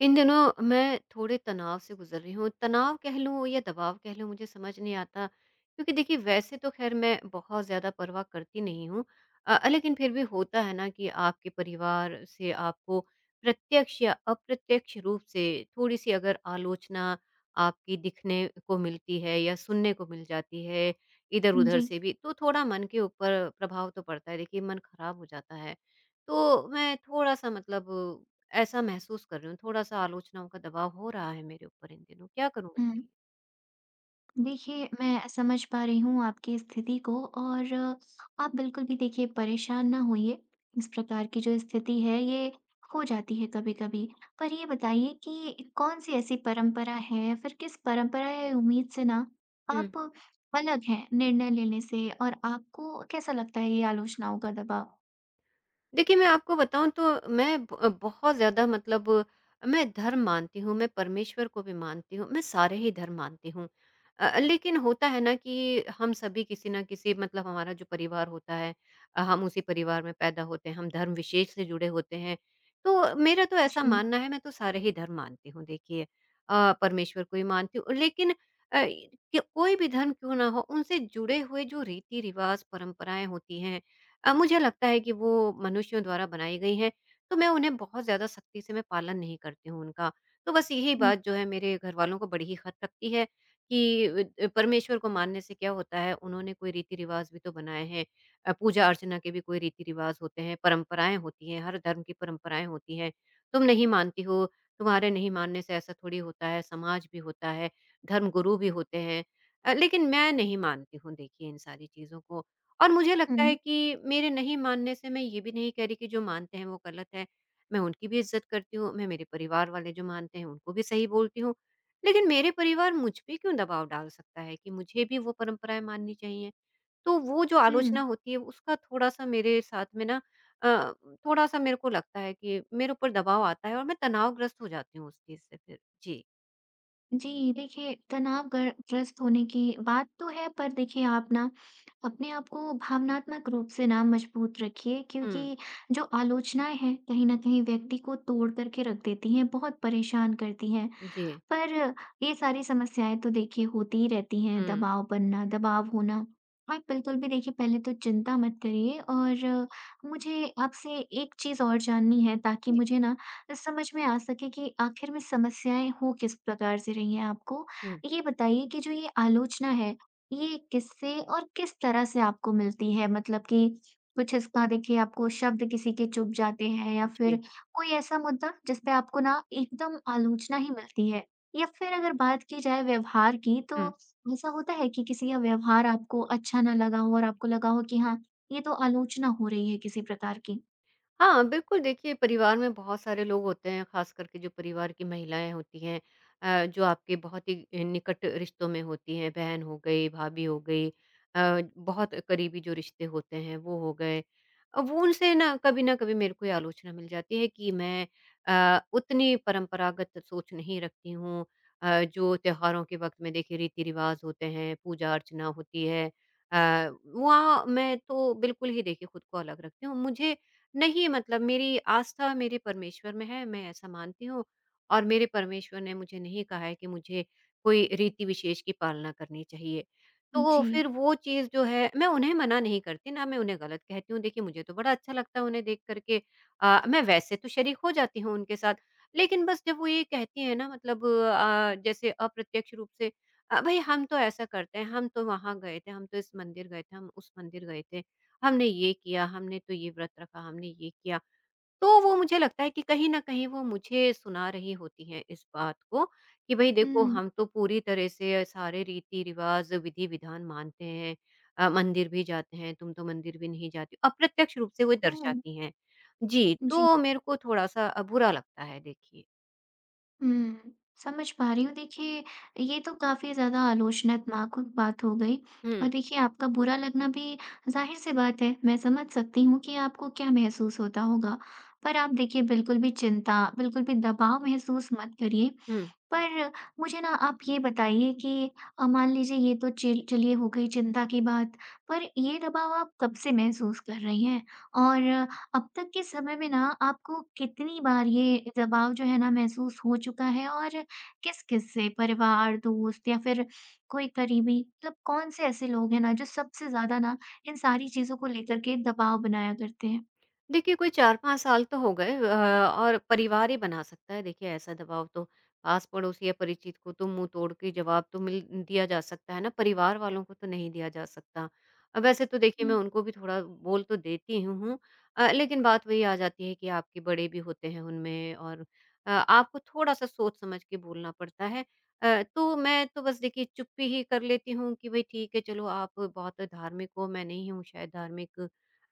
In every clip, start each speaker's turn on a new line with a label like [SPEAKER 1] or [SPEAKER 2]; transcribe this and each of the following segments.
[SPEAKER 1] इन दिनों मैं थोड़े तनाव से गुजर रही हूँ। तनाव कह लूँ या दबाव कह लूँ मुझे समझ नहीं आता क्योंकि देखिए वैसे तो ख़ैर मैं बहुत ज़्यादा परवाह करती नहीं हूँ। लेकिन फिर भी होता है ना कि आपके परिवार से आपको प्रत्यक्ष या अप्रत्यक्ष रूप से थोड़ी-सी अगर आलोचना आपकी दिखने को मिलती है या सुनने को मिल जाती है इधर-उधर
[SPEAKER 2] जी।
[SPEAKER 1] से भी, तो थोड़ा मन के ऊपर प्रभाव तो पड़ता है। देखिए मन ख़राब हो जाता है। तो मैं थोड़ा-सा मतलब ऐसा महसूस कर रही हूँ, थोड़ा-सा आलोचनाओं का दबाव हो रहा है मेरे ऊपर इन दिनों, क्या करूँ
[SPEAKER 2] हुँ।
[SPEAKER 1] बताइए?
[SPEAKER 2] देखिए, मैं समझ पा रही हूँ आपकी स्थिति को और आप बिल्कुल भी देखिए परेशान ना होइए। इस प्रकार की जो स्थिति है, ये हो जाती है कभी-कभी। पर ये बताइए कि कौन-सी ऐसी परंपरा है या फिर किस परंपरा या उम्मीद से ना आप अलग हैं निर्णय लेने से और आपको कैसा लगता है ये आलोचनाओं का दबाव?
[SPEAKER 1] देखिए, मैं आपको बताऊँ तो मैं ब बहुत ज़्यादा मतलब मैं धर्म मानती हूँ, मैं परमेश्वर को भी मानती हूँ, मैं सारे ही धर्म मानती हूँ। लेकिन होता है ना कि हम सभी किसी न किसी मतलब हमारा जो परिवार होता है, हम उसी परिवार में पैदा होते हैं, हम धर्म विशेष से जुड़े होते हैं। तो मेरा तो ऐसा
[SPEAKER 2] जी।
[SPEAKER 1] मानना है, मैं तो सारे ही धर्म मानती हूँ देखिए, परमेश्वर को भी मानती हूँ। लेकिन कि कोई भी धर्म क्यों ना हो, उनसे जुड़े हुए जो रीति-रिवाज़, परंपराएँ होती हैं, मुझे लगता है कि वो मनुष्यों द्वारा बनाई गई हैं, तो मैं उन्हें बहुत ज़्यादा सख्ती से मैं पालन नहीं करती हूँ उनका। तो बस यही
[SPEAKER 2] हुँ,
[SPEAKER 1] बात जो है मेरे घरवालों को बड़ी ही खत लगती है कि परमेश्वर को मानने से क्या होता है, उन्होंने कोई रीति-रिवाज़ भी तो बनाए हैं। पूजा-अर्चना के भी कोई रीति-रिवाज़ होते हैं, परंपराएँ होती हैं, हर धर्म की परंपराएँ होती हैं। तुम नहीं मानती हो, तुम्हारे नहीं मानने से ऐसा थोड़ी होता है, समाज भी होता है, धर्मगुरु भी होते हैं। लेकिन मैं नहीं मानती हूँ देखिए इन सारी चीज़ों को। और मुझे लगता है
[SPEAKER 2] हुँ,
[SPEAKER 1] कि मेरे नहीं मानने से मैं ये भी नहीं कह रही कि जो मानते हैं वो गलत है। मैं उनकी भी इज़्ज़त करती हूँ, मैं मेरे परिवार वाले जो मानते हैं उनको भी सही बोलती हूँ। लेकिन मेरे परिवार मुझ पे क्यों दबाव डाल सकता है कि मुझे भी वो परंपराएँ माननी चाहिए? तो वो जो
[SPEAKER 2] हुँ।
[SPEAKER 1] आलोचना होती है उसका थोड़ा-सा मेरे साथ में ना अ, थोड़ा-सा मेरे को लगता है कि मेरे ऊपर दबाव आता है और मैं तनावग्रस्त हो जाती हूँ उस चीज़ से फिर। जी।
[SPEAKER 2] जी, देखिए तनाव ग्रस्त होने की बात तो है पर देखिए आप ना अपने आप को भावनात्मक रूप से ना मजबूत रखिए
[SPEAKER 1] हुँ।
[SPEAKER 2] क्योंकि जो आलोचनाएँ हैं, कहीं न कहीं व्यक्ति को तोड़ कर के रख देती हैं, बहुत परेशान करती हैं।
[SPEAKER 1] जी।
[SPEAKER 2] पर ये सारी समस्याएँ तो देखिए होती ही रहती हैं,
[SPEAKER 1] हुँ।
[SPEAKER 2] दबाव बनना, दबाव होना। आप बिल्कुल भी देखिए पहले तो चिंता मत करिए और मुझे आपसे एक चीज़ और जाननी है ताकि
[SPEAKER 1] जी।
[SPEAKER 2] मुझे ना समझ में आ सके कि आखिर में समस्याएँ हो किस प्रकार से रही हैं आपको।
[SPEAKER 1] हुँ।
[SPEAKER 2] ये बताइए कि जो ये आलोचना है, ये किससे और किस तरह से आपको मिलती है? मतलब कि कुछ इसका देखिए आपको शब्द किसी के चुभ जाते हैं या फिर
[SPEAKER 1] जी।
[SPEAKER 2] कोई ऐसा मुद्दा जिस पे आपको ना एकदम आलोचना ही मिलती है? या फिर अगर बात की जाए व्यवहार की, तो
[SPEAKER 1] हुँ।
[SPEAKER 2] ऐसा होता है कि किसी का व्यवहार आपको अच्छा ना लगा हो और आपको लगा हो कि हाँ, ये तो आलोचना हो रही है किसी प्रकार की?
[SPEAKER 1] हाँ, बिल्कुल देखिए परिवार में बहुत सारे लोग होते हैं, ख़ास करके जो परिवार की महिलाएँ होती हैं, जो आपके बहुत ही निकट रिश्तों में होती हैं, बहन हो गई, भाभी हो गई, बहुत करीबी जो रिश्ते होते हैं वो हो गए। अब वो उनसे ना कभी न कभी मेरे को ये आलोचना मिल जाती है कि मैं, उतनी परंपरागत सोच नहीं रखती हूँ, जो त्योहारों के वक़्त में देखिए रीति-रिवाज़ होते हैं, पूजा-अर्चना होती है, अ, वहाँ मैं तो बिल्कुल ही देखिए खुद को अलग रखती हूँ। मुझे नहीं मतलब मेरी आस्था मेरे परमेश्वर में है, मैं ऐसा मानती हूँ और मेरे परमेश्वर ने मुझे नहीं कहा है कि मुझे कोई रीति विशेष की पालना करनी चाहिए। तो
[SPEAKER 2] जी।
[SPEAKER 1] फिर वो चीज़ जो है मैं उन्हें मना नहीं करती, ना मैं उन्हें गलत कहती हूँ। देखिए मुझे तो बड़ा अच्छा लगता है उन्हें देख कर के, मैं वैसे तो शरीक हो जाती हूँ उनके साथ, लेकिन बस जब वो ये कहती हैं ना मतलब जैसे अप्रत्यक्ष रूप से, भई हम तो ऐसा करते हैं, हम तो वहाँ गए थे, हम तो इस मंदिर गए थे, हम उस मंदिर गए थे। हमने ये किया, हमने तो ये व्रत रखा, हमने ये किया। तो वो मुझे लगता है कि कहीं न कहीं वो मुझे सुना रही होती हैं इस बात को कि भई देखो
[SPEAKER 2] हुँ।
[SPEAKER 1] हम तो पूरी तरह से सारे रीति-रिवाज़, विधि-विधान मानते हैं। मंदिर भी जाते हैं, तुम तो मंदिर भी नहीं जाती हो। अप्रत्यक्ष रूप से वो
[SPEAKER 2] ओह!
[SPEAKER 1] दर्शाती हैं। जी,
[SPEAKER 2] जी।
[SPEAKER 1] तो मेरे को थोड़ा-सा बुरा लगता है देखिए।
[SPEAKER 2] हुँ, समझ पा रही हूँ। देखिए, ये तो काफ़ी ज़्यादा आलोचनात्मक बात हो गई और
[SPEAKER 1] हुँ,
[SPEAKER 2] देखिए आपका बुरा लगना भी ज़ाहिर-सी बात है, मैं समझ सकती हूँ कि आपको क्या महसूस होता होगा। पर आप देखिए बिल्कुल भी चिंता, बिल्कुल भी दबाव महसूस मत करिए
[SPEAKER 1] हुँ।
[SPEAKER 2] पर मुझे ना आप ये बताइए कि मान लीजिए ये तो चिल चलिए हो गई चिंता की बात, पर ये दबाव आप कब से महसूस कर रही हैं? और अब तक के समय में ना आपको कितनी बार ये दबाव जो है ना महसूस हो चुका है और किस-किस से? परिवार, दोस्त या फिर कोई करीबी? मतलब कौन-से ऐसे लोग हैं ना जो सबसे ज़्यादा ना इन सारी चीज़ों को लेकर के दबाव बनाया करते हैं?
[SPEAKER 1] देखिए, कोई 4-5 साल तो हो गए, और परिवार ही बना सकता है देखिए ऐसा दबाव तो। पास-पड़ोस या परिचित को तो मुँह तोड़ के जवाब तो मिल दिया जा सकता है ना, परिवार वालों को तो नहीं दिया जा सकता। वैसे तो देखिए मैं
[SPEAKER 2] हुँ,
[SPEAKER 1] उनको भी थोड़ा बोल तो देती हूँ, लेकिन बात वही आ जाती है कि आपके बड़े भी होते हैं उनमें और आपको थोड़ा-सा सोच-समझ के बोलना पड़ता है। तो मैं तो बस देखिए चुप्पी ही कर लेती हूँ कि भई ठीक है चलो आप बहुत धार्मिक हो, मैं नहीं हूँ शायद धार्मिक।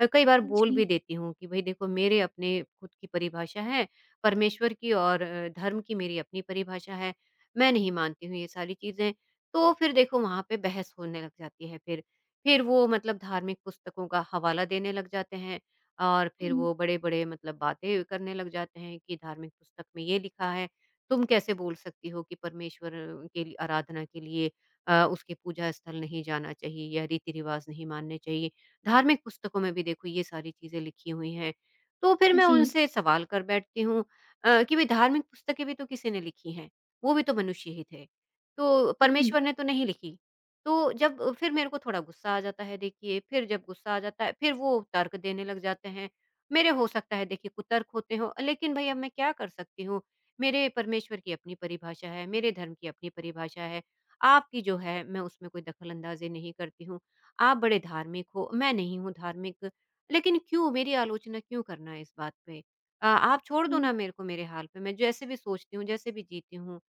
[SPEAKER 1] कई बार बोल भी
[SPEAKER 2] जी,
[SPEAKER 1] देती हूँ कि भई देखो मेरे अपने खुद की परिभाषा है, परमेश्वर की और धर्म की मेरी अपनी परिभाषा है, मैं नहीं मानती हूँ ये सारी चीज़ें। तो फिर देखो वहाँ पे बहस होने लग जाती है फिर। फिर वो मतलब धार्मिक पुस्तकों का हवाला देने लग जाते हैं और
[SPEAKER 2] हुँ,
[SPEAKER 1] फिर वो बड़े-बड़े मतलब बातें करने लग जाते हैं कि धार्मिक पुस्तक में ये लिखा है, तुम कैसे बोल सकती हो कि परमेश्वर के लिए- आराधना के लिए उसकी पूजा स्थल नहीं जाना चाहिए या रीति-रिवाज़ नहीं मानने चाहिए। धार्मिक पुस्तकों में भी देखो ये सारी चीज़ें लिखी हुई हैं। तो फिर मैं
[SPEAKER 2] जी,
[SPEAKER 1] उनसे सवाल कर बैठती हूँ, कि भई धार्मिक पुस्तकें भी तो किसी ने लिखी हैं, वो भी तो मनुष्य ही थे। तो
[SPEAKER 2] हुँ,
[SPEAKER 1] परमेश्वर ने तो नहीं लिखी। तो जब फिर मेरे को थोड़ा गुस्सा आ जाता है देखिए, फिर जब गुस्सा आ जाता है फिर वो तर्क देने लग जाते हैं। मेरे हो सकता है देखिए कुतर्क होते हों लेकिन भई अब मैं क्या कर सकती हूँ? मेरे परमेश्वर की अपनी परिभाषा है, मेरे धर्म की अपनी परिभाषा है। आपकी जो है मैं उसमें कोई दखल अंदाज़ी नहीं करती हूँ। आप बड़े धार्मिक हो, मैं नहीं हूँ धार्मिक, लेकिन क्यों मेरी आलोचना क्यों करना है इस बात पे? आप छोड़ दो
[SPEAKER 2] हुँ,
[SPEAKER 1] ना मेरे को मेरे हाल पे, मैं जैसे भी सोचती हूँ, जैसे भी जीती हूँ।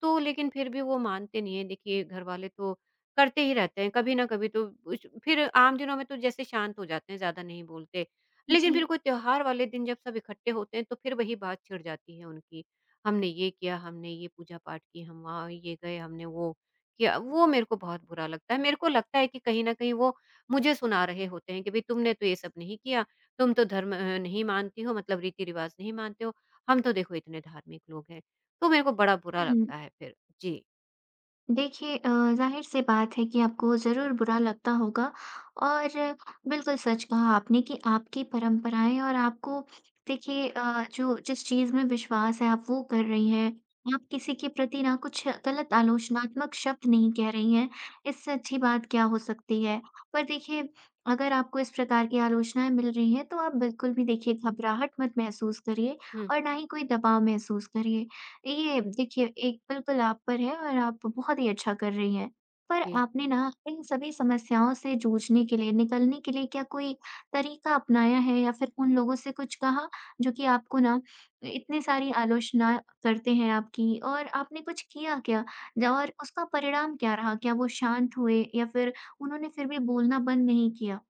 [SPEAKER 1] तो लेकिन फिर भी वो मानते नहीं हैं, देखिए घरवाले तो करते ही रहते हैं, कभी ना कभी तो उच फिर आम दिनों में तो जैसे शांत हो जाते हैं, ज़्यादा नहीं बोलते। लेकिन
[SPEAKER 2] जी,
[SPEAKER 1] फिर कोई त्योहार वाले दिन जब सब इकट्ठे होते हैं, तो फिर वही बात छिड़ जाती है उनकी। हमने ये किया, हमने ये पूजा-पाठ की, हम वहाँ ये गए, हमने वो किया, वो मेरे को बहुत बुरा लगता है। मेरे को लगता है कि कहीं न कहीं वो मुझे सुना रहे होते हैं कि भई तुमने तो ये सब नहीं किया, तुम तो धर्म नहीं मानती हो मतलब रीति-रिवाज़ नहीं मानते हो, हम तो देखो इतने धार्मिक लोग हैं। तो मेरे को बड़ा बुरा
[SPEAKER 2] हुँ।
[SPEAKER 1] लगता है फिर। जी।
[SPEAKER 2] देखिए ज़ाहिर-सी बात है कि आपको ज़रूर बुरा लगता होगा और बिल्कुल सच कहा आपने कि आपकी परंपराएँ और आपको देखिए जो जिस चीज़ में विश्वास है आप वो कर रही हैं। आप किसी के प्रति ना कुछ गलत आलोचनात्मक शब्द नहीं कह रही हैं, इससे अच्छी बात क्या हो सकती है। पर देखिए अगर आपको इस प्रकार की आलोचनाएँ मिल रही हैं तो आप बिल्कुल भी देखिए घबराहट मत महसूस करिए
[SPEAKER 1] हुँ।
[SPEAKER 2] और ना ही कोई दबाव महसूस करिए। ये देखिए एक बिल्कुल आप पर है और आप बहुत ही अच्छा कर रही हैं। पर
[SPEAKER 1] जी।
[SPEAKER 2] आपने ना इन सभी समस्याओं से जूझने के लिए, निकलने के लिए क्या कोई तरीका अपनाया है या फिर उन लोगों से कुछ कहा जो कि आपको ना इतनी सारी आलोचना करते हैं आपकी और आपने कुछ किया क्या? ज और उसका परिणाम क्या रहा? क्या वो शांत हुए या फिर उन्होंने फिर भी बोलना बंद नहीं किया?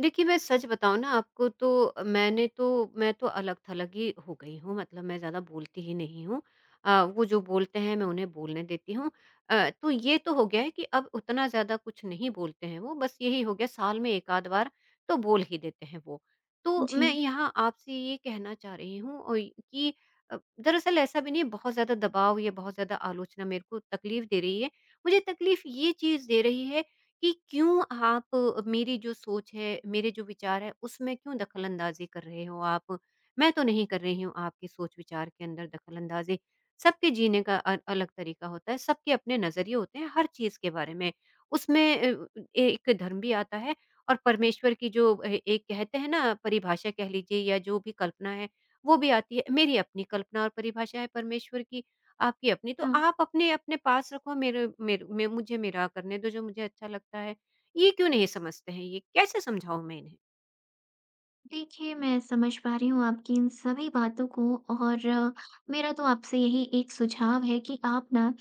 [SPEAKER 1] देखिए, मैं सच बताऊँ ना आपको तो मैं तो अलग-थलग ही हो गई हूँ, मतलब मैं ज़्यादा बोलती ही नहीं हूँ। वो जो बोलते हैं मैं उन्हें बोलने देती हूँ। तो ये तो हो गया है कि अब उतना ज़्यादा कुछ नहीं बोलते हैं वो, बस यही हो गया साल में एक आध बार तो बोल ही देते हैं वो। तो
[SPEAKER 2] जी।
[SPEAKER 1] मैं यहाँ आपसे ये कहना चाह रही हूँ कि दरअसल ऐसा भी नहीं है बहुत ज़्यादा दबाव या बहुत ज़्यादा आलोचना मेरे को तकलीफ़ दे रही है। मुझे तकलीफ़ ये चीज़ दे रही है कि क्यों आप मेरी जो सोच है, मेरे जो विचार है, उसमें क्यों दखल-अंदाज़ी कर रहे हो आप? मैं तो नहीं कर रही हूँ आपकी सोच-विचार के अंदर दखल-अंदाज़ी। सबके जीने का अलग तरीका होता है, सबके अपने नज़रिए होते हैं हर चीज़ के बारे में। उसमें एक धर्म भी आता है और परमेश्वर की जो एक कहते हैं ना परिभाषा कह लीजिए या जो भी कल्पना है, वो भी आती है। मेरी अपनी कल्पना और परिभाषा है परमेश्वर की। आपकी अपनी, तो
[SPEAKER 2] हाँ।
[SPEAKER 1] आप अपने अपने पास रखो मेरे मेरे मैं मुझे मेरा करने दो जो मुझे अच्छा लगता है। ये क्यों नहीं समझते हैं ये? कैसे समझाऊँ मैं इन्हें?
[SPEAKER 2] देखिए, मैं समझ पा रही हूँ आपकी इन सभी बातों को और मेरा तो आपसे यही एक सुझाव है कि आप ना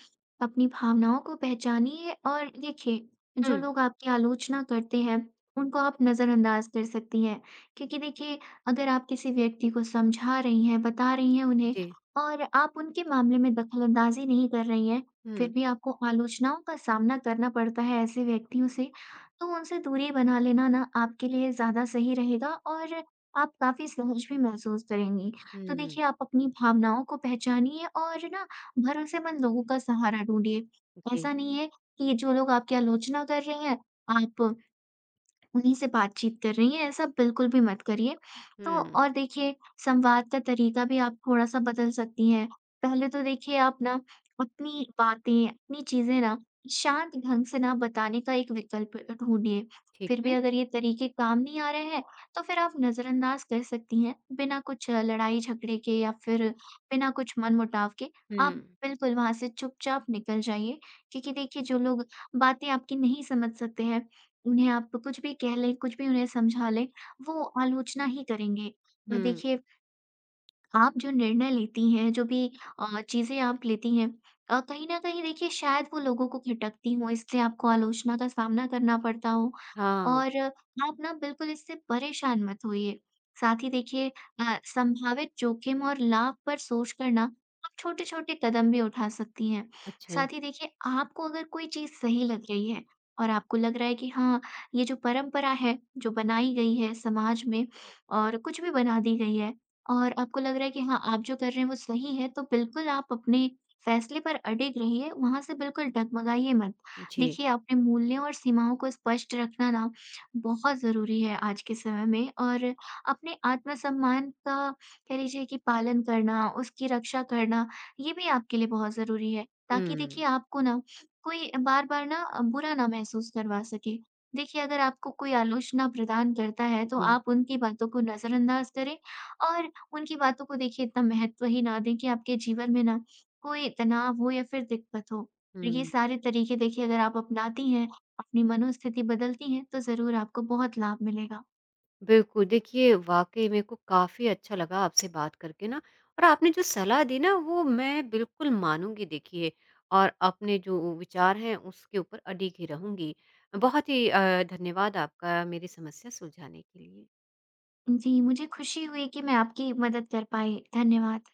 [SPEAKER 2] अपनी भावनाओं को पहचानिए और देखिए, जो
[SPEAKER 1] हुँ।
[SPEAKER 2] लोग आपकी आलोचना करते हैं, उनको आप नज़रअंदाज कर सकती हैं। क्योंकि देखिए, अगर आप किसी व्यक्ति को समझा रही हैं, बता रही हैं उन्हें
[SPEAKER 1] जी।
[SPEAKER 2] और आप उनके मामले में दखलअंदाज़ी नहीं कर रही हैं, फिर
[SPEAKER 1] हुँ,
[SPEAKER 2] भी आपको आलोचनाओं का सामना करना पड़ता है ऐसे व्यक्तियों से, तो उनसे दूरी बना लेना ना आपके लिए ज़्यादा सही रहेगा और आप काफ़ी सहज भी महसूस करेंगी। तो
[SPEAKER 1] हुँ।
[SPEAKER 2] देखिए आप अपनी भावनाओं को पहचानिए और ना भरोसेमंद लोगों का सहारा ढूँढिए।
[SPEAKER 1] जी।
[SPEAKER 2] ऐसा नहीं है कि जो लोग आपकी आलोचना कर रहे हैं, आप उन्हीं से बातचीत कर रही हैं, ऐसा बिल्कुल भी मत करिए। तो
[SPEAKER 1] हुँ।
[SPEAKER 2] और देखिए संवाद का तरीका भी आप थोड़ा-सा बदल सकती हैं। पहले तो देखिए आप ना अपनी बातें, अपनी चीज़ें ना शांत ढंग से ना बताने का एक विकल्प ढूँढिए।
[SPEAKER 1] ठीक
[SPEAKER 2] फिर भी
[SPEAKER 1] है।
[SPEAKER 2] अगर ये तरीके काम नहीं आ रहे हैं, तो फिर आप नज़रअंदाज कर सकती हैं। बिना कुछ लड़ाई-झगड़े के या फिर बिना कुछ मनमुटाव के,
[SPEAKER 1] हुँ,
[SPEAKER 2] आप बिल्कुल वहाँ से चुपचाप निकल जाइए। क्योंकि देखिए जो लोग बातें आपकी नहीं समझ सकते हैं, उन्हें आप कुछ भी कह लें, कुछ भी उन्हें समझा लें, वो आलोचना ही करेंगे। और
[SPEAKER 1] हुँ।
[SPEAKER 2] देखिए आप जो निर्णय लेती हैं, जो भी चीज़ें आप लेती हैं कहीं न कहीं देखिए शायद वो लोगों को खटकती हों, इसलिए आपको आलोचना का सामना करना पड़ता हो
[SPEAKER 1] हाँ,
[SPEAKER 2] और आप ना बिल्कुल इससे परेशान मत होइए। साथ ही देखिए संभावित जोखिम और लाभ पर सोच कर ना आप छोटे-छोटे कदम भी उठा सकती हैं।
[SPEAKER 1] अच्छा।
[SPEAKER 2] साथ ही देखिए आपको अगर कोई चीज़ सही लग रही है और आपको लग रहा है कि हाँ, ये जो परंपरा है, जो बनाई गई है समाज में और कुछ भी बना दी गई है, और आपको लग रहा है कि हाँ, आप जो कर रहे हैं वो सही है, तो बिल्कुल आप अपने फैसले पर अडिग रहिए, वहाँ से बिल्कुल डगमगाइए मत।
[SPEAKER 1] जी।
[SPEAKER 2] देखिए, अपने मूल्यों और सीमाओं को स्पष्ट रखना ना बहुत ज़रूरी है आज के समय में और अपने आत्मसम्मान का कह लीजिए कि पालन करना, उसकी रक्षा करना, ये भी आपके लिए बहुत ज़रूरी है, ताकि
[SPEAKER 1] हुँ,
[SPEAKER 2] देखिए आपको ना कोई बार-बार ना बुरा ना महसूस करवा सके। देखिए, अगर आपको कोई आलोचना प्रदान करता है, तो
[SPEAKER 1] जी।
[SPEAKER 2] आप उनकी बातों को नज़रअंदाज करें और उनकी बातों को देखिए इतना महत्व ही ना दें कि आपके जीवन में ना कोई तनाव हो या फिर दिक्कत हो। ये
[SPEAKER 1] हुँ।
[SPEAKER 2] सारे तरीके देखिए अगर आप अपनाती हैं, अपनी मनोस्थिति बदलती हैं, तो ज़रूर आपको बहुत लाभ मिलेगा।
[SPEAKER 1] बिल्कुल, देखिए वाक़ई मेरे को काफ़ी अच्छा लगा आपसे बात करके ना और आपने जो सलाह दी ना वो मैं बिल्कुल मानूँगी देखिए और अपने जो विचार हैं उसके ऊपर अडिग ही रहूँगी। बहुत ही धन्यवाद आपका मेरी समस्या सुलझाने के लिए।
[SPEAKER 2] जी, मुझे खुशी हुई कि मैं आपकी मदद कर पाई। धन्यवाद।